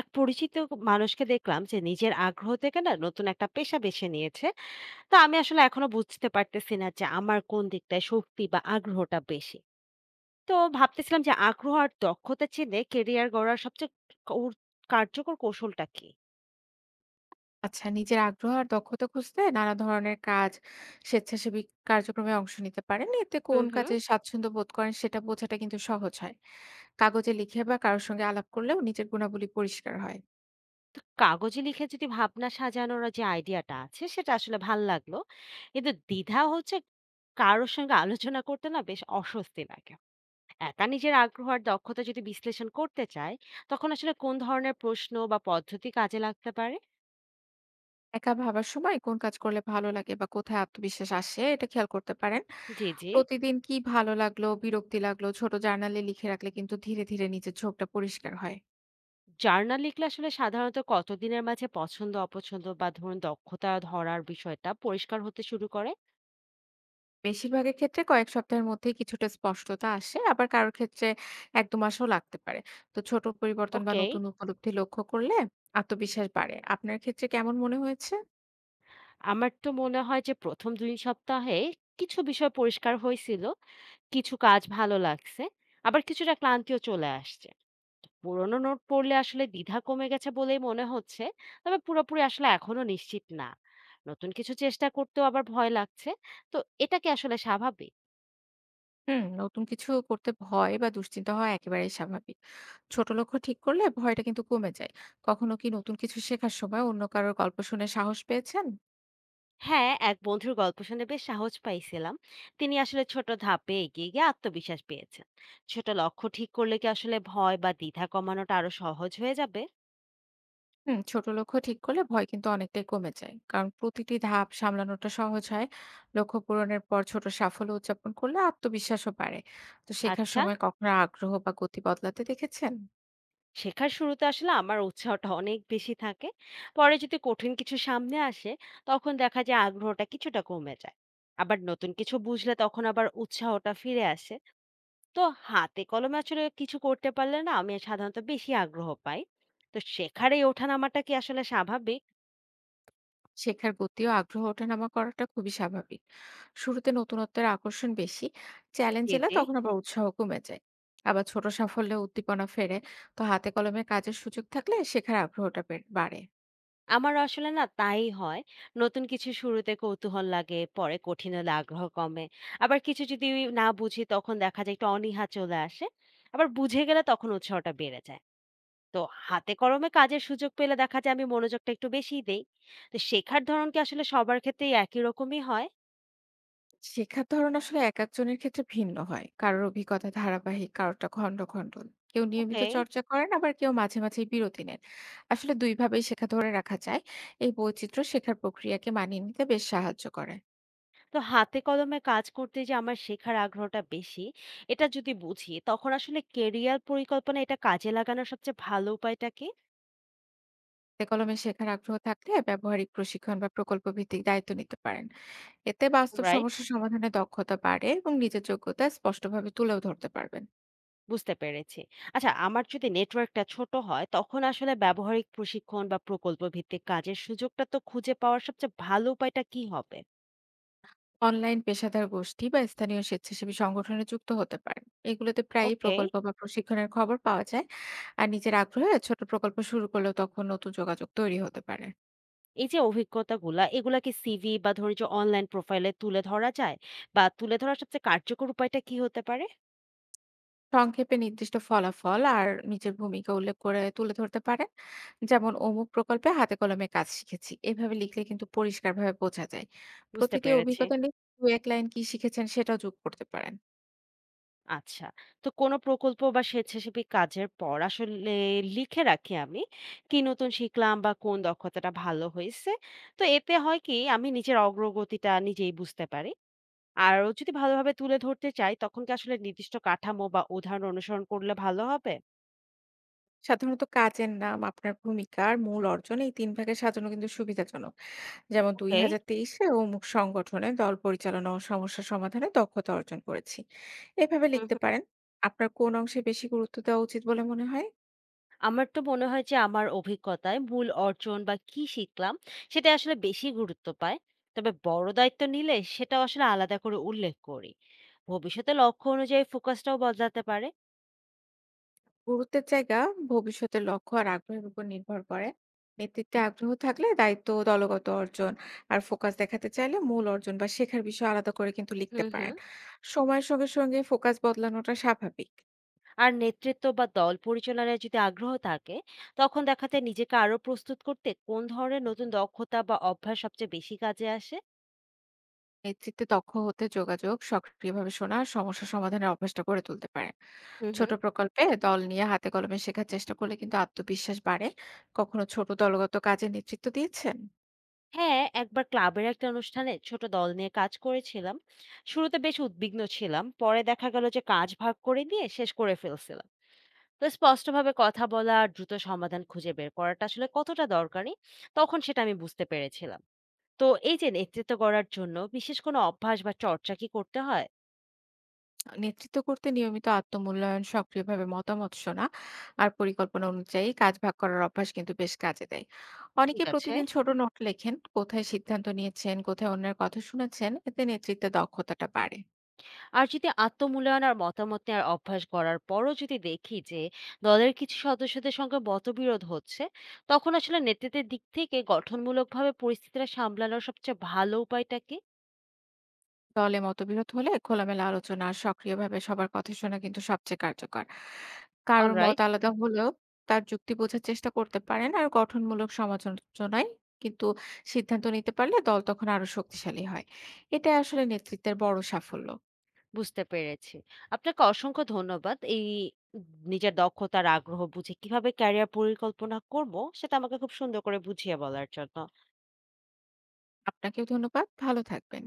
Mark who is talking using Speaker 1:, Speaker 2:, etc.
Speaker 1: এক পরিচিত মানুষকে দেখলাম যে নিজের আগ্রহ থেকে না নতুন একটা পেশা বেছে নিয়েছে। তো আমি আসলে এখনো বুঝতে পারতেছি না যে আমার কোন দিকটায় শক্তি বা আগ্রহটা বেশি। তো ভাবতেছিলাম যে আগ্রহ আর দক্ষতা চিনে কেরিয়ার গড়ার সবচেয়ে কৌর- কার্যকর কৌশলটা কি?
Speaker 2: আচ্ছা, নিজের আগ্রহ আর দক্ষতা খুঁজতে নানা ধরনের কাজ, স্বেচ্ছাসেবী কার্যক্রমে অংশ নিতে পারেন। এতে কোন
Speaker 1: হুম হুম।
Speaker 2: কাজে স্বাচ্ছন্দ্য বোধ করেন সেটা বোঝাটা কিন্তু সহজ হয়। কাগজে লিখে বা কারো সঙ্গে আলাপ করলেও নিজের গুণাবলী পরিষ্কার হয়।
Speaker 1: তো কাগজে লিখে যদি ভাবনা সাজানোর যে আইডিয়াটা আছে সেটা আসলে ভাল লাগলো, কিন্তু দ্বিধা হচ্ছে। কারোর সঙ্গে আলোচনা করতে না বেশ অস্বস্তি লাগে। একা নিজের আগ্রহ আর দক্ষতা যদি বিশ্লেষণ করতে চায়, তখন আসলে কোন ধরনের প্রশ্ন বা পদ্ধতি কাজে লাগতে পারে?
Speaker 2: একা ভাবার সময় কোন কাজ করলে ভালো লাগে বা কোথায় আত্মবিশ্বাস আসে এটা খেয়াল করতে পারেন।
Speaker 1: যে যে
Speaker 2: প্রতিদিন কি ভালো লাগলো, বিরক্তি লাগলো ছোট জার্নালে লিখে রাখলে কিন্তু ধীরে, ধীরে নিজের ঝোঁকটা পরিষ্কার হয়।
Speaker 1: জার্নাল লিখলে আসলে সাধারণত কতদিনের মাঝে পছন্দ অপছন্দ বা ধরুন দক্ষতা ধরার বিষয়টা পরিষ্কার হতে শুরু করে?
Speaker 2: বেশিরভাগের ক্ষেত্রে কয়েক সপ্তাহের মধ্যেই কিছুটা স্পষ্টতা আসে, আবার কারো ক্ষেত্রে ১-২ মাসও লাগতে পারে। তো ছোট পরিবর্তন বা
Speaker 1: ওকে।
Speaker 2: নতুন উপলব্ধি লক্ষ্য করলে আত্মবিশ্বাস বাড়ে। আপনার ক্ষেত্রে কেমন মনে হয়েছে?
Speaker 1: আমার তো মনে হয় যে প্রথম দুই সপ্তাহে কিছু বিষয় পরিষ্কার হয়েছিল। কিছু কাজ ভালো লাগছে, আবার কিছুটা ক্লান্তিও চলে আসছে। পুরোনো নোট পড়লে আসলে দ্বিধা কমে গেছে বলেই মনে হচ্ছে। তবে পুরোপুরি আসলে এখনো নিশ্চিত না। নতুন কিছু চেষ্টা করতেও আবার ভয় লাগছে। তো এটা কি আসলে স্বাভাবিক?
Speaker 2: হুম, নতুন কিছু করতে ভয় বা দুশ্চিন্তা হওয়া একেবারেই স্বাভাবিক। ছোট লক্ষ্য ঠিক করলে ভয়টা কিন্তু কমে যায়। কখনো কি নতুন কিছু শেখার সময় অন্য কারোর গল্প শুনে সাহস পেয়েছেন?
Speaker 1: হ্যাঁ, এক বন্ধুর গল্প শুনে বেশ সাহস পাইছিলাম। তিনি আসলে ছোট ধাপে এগিয়ে গিয়ে আত্মবিশ্বাস পেয়েছেন। ছোট লক্ষ্য ঠিক করলে কি আসলে ভয় বা দ্বিধা কমানোটা আরো সহজ হয়ে যাবে?
Speaker 2: হুম, ছোট লক্ষ্য ঠিক করলে ভয় কিন্তু অনেকটাই কমে যায় কারণ প্রতিটি ধাপ সামলানোটা সহজ হয়। লক্ষ্য পূরণের পর ছোট সাফল্য উদযাপন করলে আত্মবিশ্বাসও বাড়ে। তো শেখার
Speaker 1: আচ্ছা।
Speaker 2: সময় কখনো আগ্রহ বা গতি বদলাতে দেখেছেন?
Speaker 1: শেখার শুরুতে আসলে আমার উৎসাহটা অনেক বেশি থাকে। পরে যদি কঠিন কিছু সামনে আসে, তখন দেখা যায় আগ্রহটা কিছুটা কমে যায়। আবার নতুন কিছু বুঝলে তখন আবার উৎসাহটা ফিরে আসে। তো হাতে কলমে আসলে কিছু করতে পারলে না আমি সাধারণত বেশি আগ্রহ পাই। তো শেখার এই ওঠানামাটা কি আসলে স্বাভাবিক?
Speaker 2: শেখার গতি ও আগ্রহ ওঠানামা করাটা খুবই স্বাভাবিক। শুরুতে নতুনত্বের আকর্ষণ বেশি, চ্যালেঞ্জ
Speaker 1: জি,
Speaker 2: এলে
Speaker 1: জি।
Speaker 2: তখন আবার উৎসাহ কমে যায়। আবার ছোট সাফল্যে উদ্দীপনা ফেরে। তো হাতে কলমে কাজের সুযোগ থাকলে শেখার আগ্রহটা বাড়ে।
Speaker 1: আমারও আসলে না তাই হয়। নতুন কিছু শুরুতে কৌতূহল লাগে, পরে কঠিন হলে আগ্রহ কমে। আবার কিছু যদি না বুঝি তখন দেখা যায় একটু অনীহা চলে আসে। আবার বুঝে গেলে তখন উৎসাহটা বেড়ে যায়। তো হাতে কলমে কাজের সুযোগ পেলে দেখা যায় আমি মনোযোগটা একটু বেশিই দেই। তো শেখার ধরন কি আসলে সবার ক্ষেত্রেই একই রকমই হয়?
Speaker 2: শেখার ধরন আসলে এক একজনের ক্ষেত্রে ভিন্ন হয়। কারোর অভিজ্ঞতা ধারাবাহিক, কারোরটা খন্ড, খন্ড। কেউ নিয়মিত
Speaker 1: ওকে।
Speaker 2: চর্চা করেন, আবার কেউ মাঝে, মাঝেই বিরতি নেন। আসলে ২ ভাবেই শেখা ধরে রাখা যায়। এই বৈচিত্র্য শেখার প্রক্রিয়াকে মানিয়ে নিতে বেশ সাহায্য করে।
Speaker 1: তো হাতে কলমে কাজ করতে যে আমার শেখার আগ্রহটা বেশি, এটা যদি বুঝি তখন আসলে কেরিয়ার পরিকল্পনা এটা কাজে লাগানোর সবচেয়ে ভালো উপায়টা কি?
Speaker 2: হাতে কলমে শেখার আগ্রহ থাকলে ব্যবহারিক প্রশিক্ষণ বা প্রকল্প ভিত্তিক দায়িত্ব নিতে পারেন। এতে বাস্তব
Speaker 1: রাইট,
Speaker 2: সমস্যা সমাধানের দক্ষতা বাড়ে এবং নিজের যোগ্যতা স্পষ্টভাবে তুলেও ধরতে পারবেন।
Speaker 1: বুঝতে পেরেছি। আচ্ছা, আমার যদি নেটওয়ার্কটা ছোট হয় তখন আসলে ব্যবহারিক প্রশিক্ষণ বা প্রকল্প ভিত্তিক কাজের সুযোগটা তো খুঁজে পাওয়ার সবচেয়ে ভালো উপায়টা কি হবে?
Speaker 2: অনলাইন পেশাদার গোষ্ঠী বা স্থানীয় স্বেচ্ছাসেবী সংগঠনে যুক্ত হতে পারেন। এগুলোতে প্রায়ই
Speaker 1: ওকে।
Speaker 2: প্রকল্প বা প্রশিক্ষণের খবর পাওয়া যায়। আর নিজের আগ্রহে ছোট প্রকল্প শুরু করলেও তখন নতুন যোগাযোগ তৈরি হতে পারে।
Speaker 1: এই যে অভিজ্ঞতাগুলা এগুলা কি সিভি বা ধরি যে অনলাইন প্রোফাইলে তুলে ধরা যায়? বা তুলে ধরার সবচেয়ে কার্যকর উপায়টা কি হতে পারে?
Speaker 2: সংক্ষেপে নির্দিষ্ট ফলাফল আর নিজের ভূমিকা উল্লেখ করে তুলে ধরতে পারে। যেমন অমুক প্রকল্পে হাতে কলমে কাজ শিখেছি, এভাবে লিখলে কিন্তু পরিষ্কারভাবে বোঝা যায়।
Speaker 1: বুঝতে
Speaker 2: প্রতিটি
Speaker 1: পেরেছি।
Speaker 2: অভিজ্ঞতা নিয়ে দু এক লাইন কি শিখেছেন সেটাও যোগ করতে পারেন।
Speaker 1: আচ্ছা। তো কোনো প্রকল্প বা স্বেচ্ছাসেবী কাজের পর আসলে লিখে রাখি আমি কি নতুন শিখলাম বা কোন দক্ষতাটা ভালো হয়েছে। তো এতে হয় কি আমি নিজের অগ্রগতিটা নিজেই বুঝতে পারি। আরো যদি ভালোভাবে তুলে ধরতে চাই, তখন কি আসলে নির্দিষ্ট কাঠামো বা উদাহরণ অনুসরণ করলে ভালো হবে?
Speaker 2: সাধারণত কাজের নাম, আপনার ভূমিকা আর মূল অর্জন, এই তিন ভাগে সাজানো কিন্তু সুবিধাজনক। যেমন
Speaker 1: ওকে।
Speaker 2: ২০২৩-এ অমুক সংগঠনে দল পরিচালনা ও সমস্যা সমাধানে দক্ষতা অর্জন করেছি। এভাবে
Speaker 1: হুম
Speaker 2: লিখতে
Speaker 1: হুম।
Speaker 2: পারেন। আপনার কোন অংশে বেশি গুরুত্ব দেওয়া উচিত বলে মনে হয়?
Speaker 1: আমার তো মনে হয় যে আমার অভিজ্ঞতায় মূল অর্জন বা কি শিখলাম সেটা আসলে বেশি গুরুত্ব পায়। তবে বড় দায়িত্ব নিলে সেটাও আসলে আলাদা করে উল্লেখ করি। ভবিষ্যতে লক্ষ্য অনুযায়ী ফোকাসটাও বদলাতে পারে।
Speaker 2: গুরুত্বের জায়গা ভবিষ্যতের লক্ষ্য আর আগ্রহের উপর নির্ভর করে। নেতৃত্বে আগ্রহ থাকলে দায়িত্ব, দলগত অর্জন আর ফোকাস দেখাতে চাইলে মূল অর্জন বা শেখার বিষয় আলাদা করে কিন্তু লিখতে
Speaker 1: হুম
Speaker 2: পারেন।
Speaker 1: হুম।
Speaker 2: সময়ের সঙ্গে সঙ্গে ফোকাস বদলানোটা স্বাভাবিক।
Speaker 1: আর নেতৃত্ব বা দল পরিচালনায় যদি আগ্রহ থাকে, তখন দেখাতে নিজেকে আরো প্রস্তুত করতে কোন ধরনের নতুন দক্ষতা বা অভ্যাস সবচেয়ে বেশি কাজে আসে?
Speaker 2: নেতৃত্বে দক্ষ হতে যোগাযোগ, সক্রিয়ভাবে শোনা আর সমস্যা সমাধানের অভ্যাসটা গড়ে তুলতে পারেন।
Speaker 1: হুম
Speaker 2: ছোট
Speaker 1: হুম।
Speaker 2: প্রকল্পে দল নিয়ে হাতে কলমে শেখার চেষ্টা করলে কিন্তু আত্মবিশ্বাস বাড়ে। কখনো ছোট দলগত কাজে নেতৃত্ব দিয়েছেন?
Speaker 1: হ্যাঁ, একবার ক্লাবের একটা অনুষ্ঠানে ছোট দল নিয়ে কাজ করেছিলাম। শুরুতে বেশ উদ্বিগ্ন ছিলাম। পরে দেখা গেল যে কাজ ভাগ করে নিয়ে শেষ করে ফেলছিলাম। তো স্পষ্টভাবে কথা বলা আর দ্রুত সমাধান খুঁজে বের করাটা আসলে কতটা দরকারি, তখন সেটা আমি বুঝতে পেরেছিলাম। তো এই যে নেতৃত্ব করার জন্য বিশেষ কোনো অভ্যাস বা চর্চা কি করতে হয়?
Speaker 2: নেতৃত্ব করতে নিয়মিত আত্মমূল্যায়ন, সক্রিয়ভাবে মতামত শোনা আর পরিকল্পনা অনুযায়ী কাজ ভাগ করার অভ্যাস কিন্তু বেশ কাজে দেয়। অনেকে
Speaker 1: ঠিক আছে।
Speaker 2: প্রতিদিন ছোট নোট লেখেন, কোথায় সিদ্ধান্ত নিয়েছেন, কোথায় অন্যের কথা শুনেছেন, এতে নেতৃত্বে দক্ষতাটা বাড়ে।
Speaker 1: আর যদি আত্মমূল্যায়ন আর মতামত নেওয়ার অভ্যাস করার পরও যদি দেখি যে দলের কিছু সদস্যদের সঙ্গে মতবিরোধ হচ্ছে, তখন আসলে নেতৃত্বের দিক থেকে গঠনমূলকভাবে পরিস্থিতিটা সামলানোর সবচেয়ে ভালো উপায়টা কি?
Speaker 2: দলে মতবিরোধ হলে খোলামেলা আলোচনা আর সক্রিয়ভাবে সবার কথা শোনা কিন্তু সবচেয়ে কার্যকর। কারোর মত
Speaker 1: অলরাইট,
Speaker 2: আলাদা হলেও তার যুক্তি বোঝার চেষ্টা করতে পারেন, আর গঠনমূলক সমালোচনায় কিন্তু সিদ্ধান্ত নিতে পারলে দল তখন আরো শক্তিশালী হয়। এটা আসলে নেতৃত্বের বড় সাফল্য।
Speaker 1: বুঝতে পেরেছি। আপনাকে অসংখ্য ধন্যবাদ এই নিজের দক্ষতার আগ্রহ বুঝে কিভাবে ক্যারিয়ার পরিকল্পনা করব সেটা আমাকে খুব সুন্দর করে বুঝিয়ে বলার জন্য।
Speaker 2: আপনাকেও ধন্যবাদ, ভালো থাকবেন।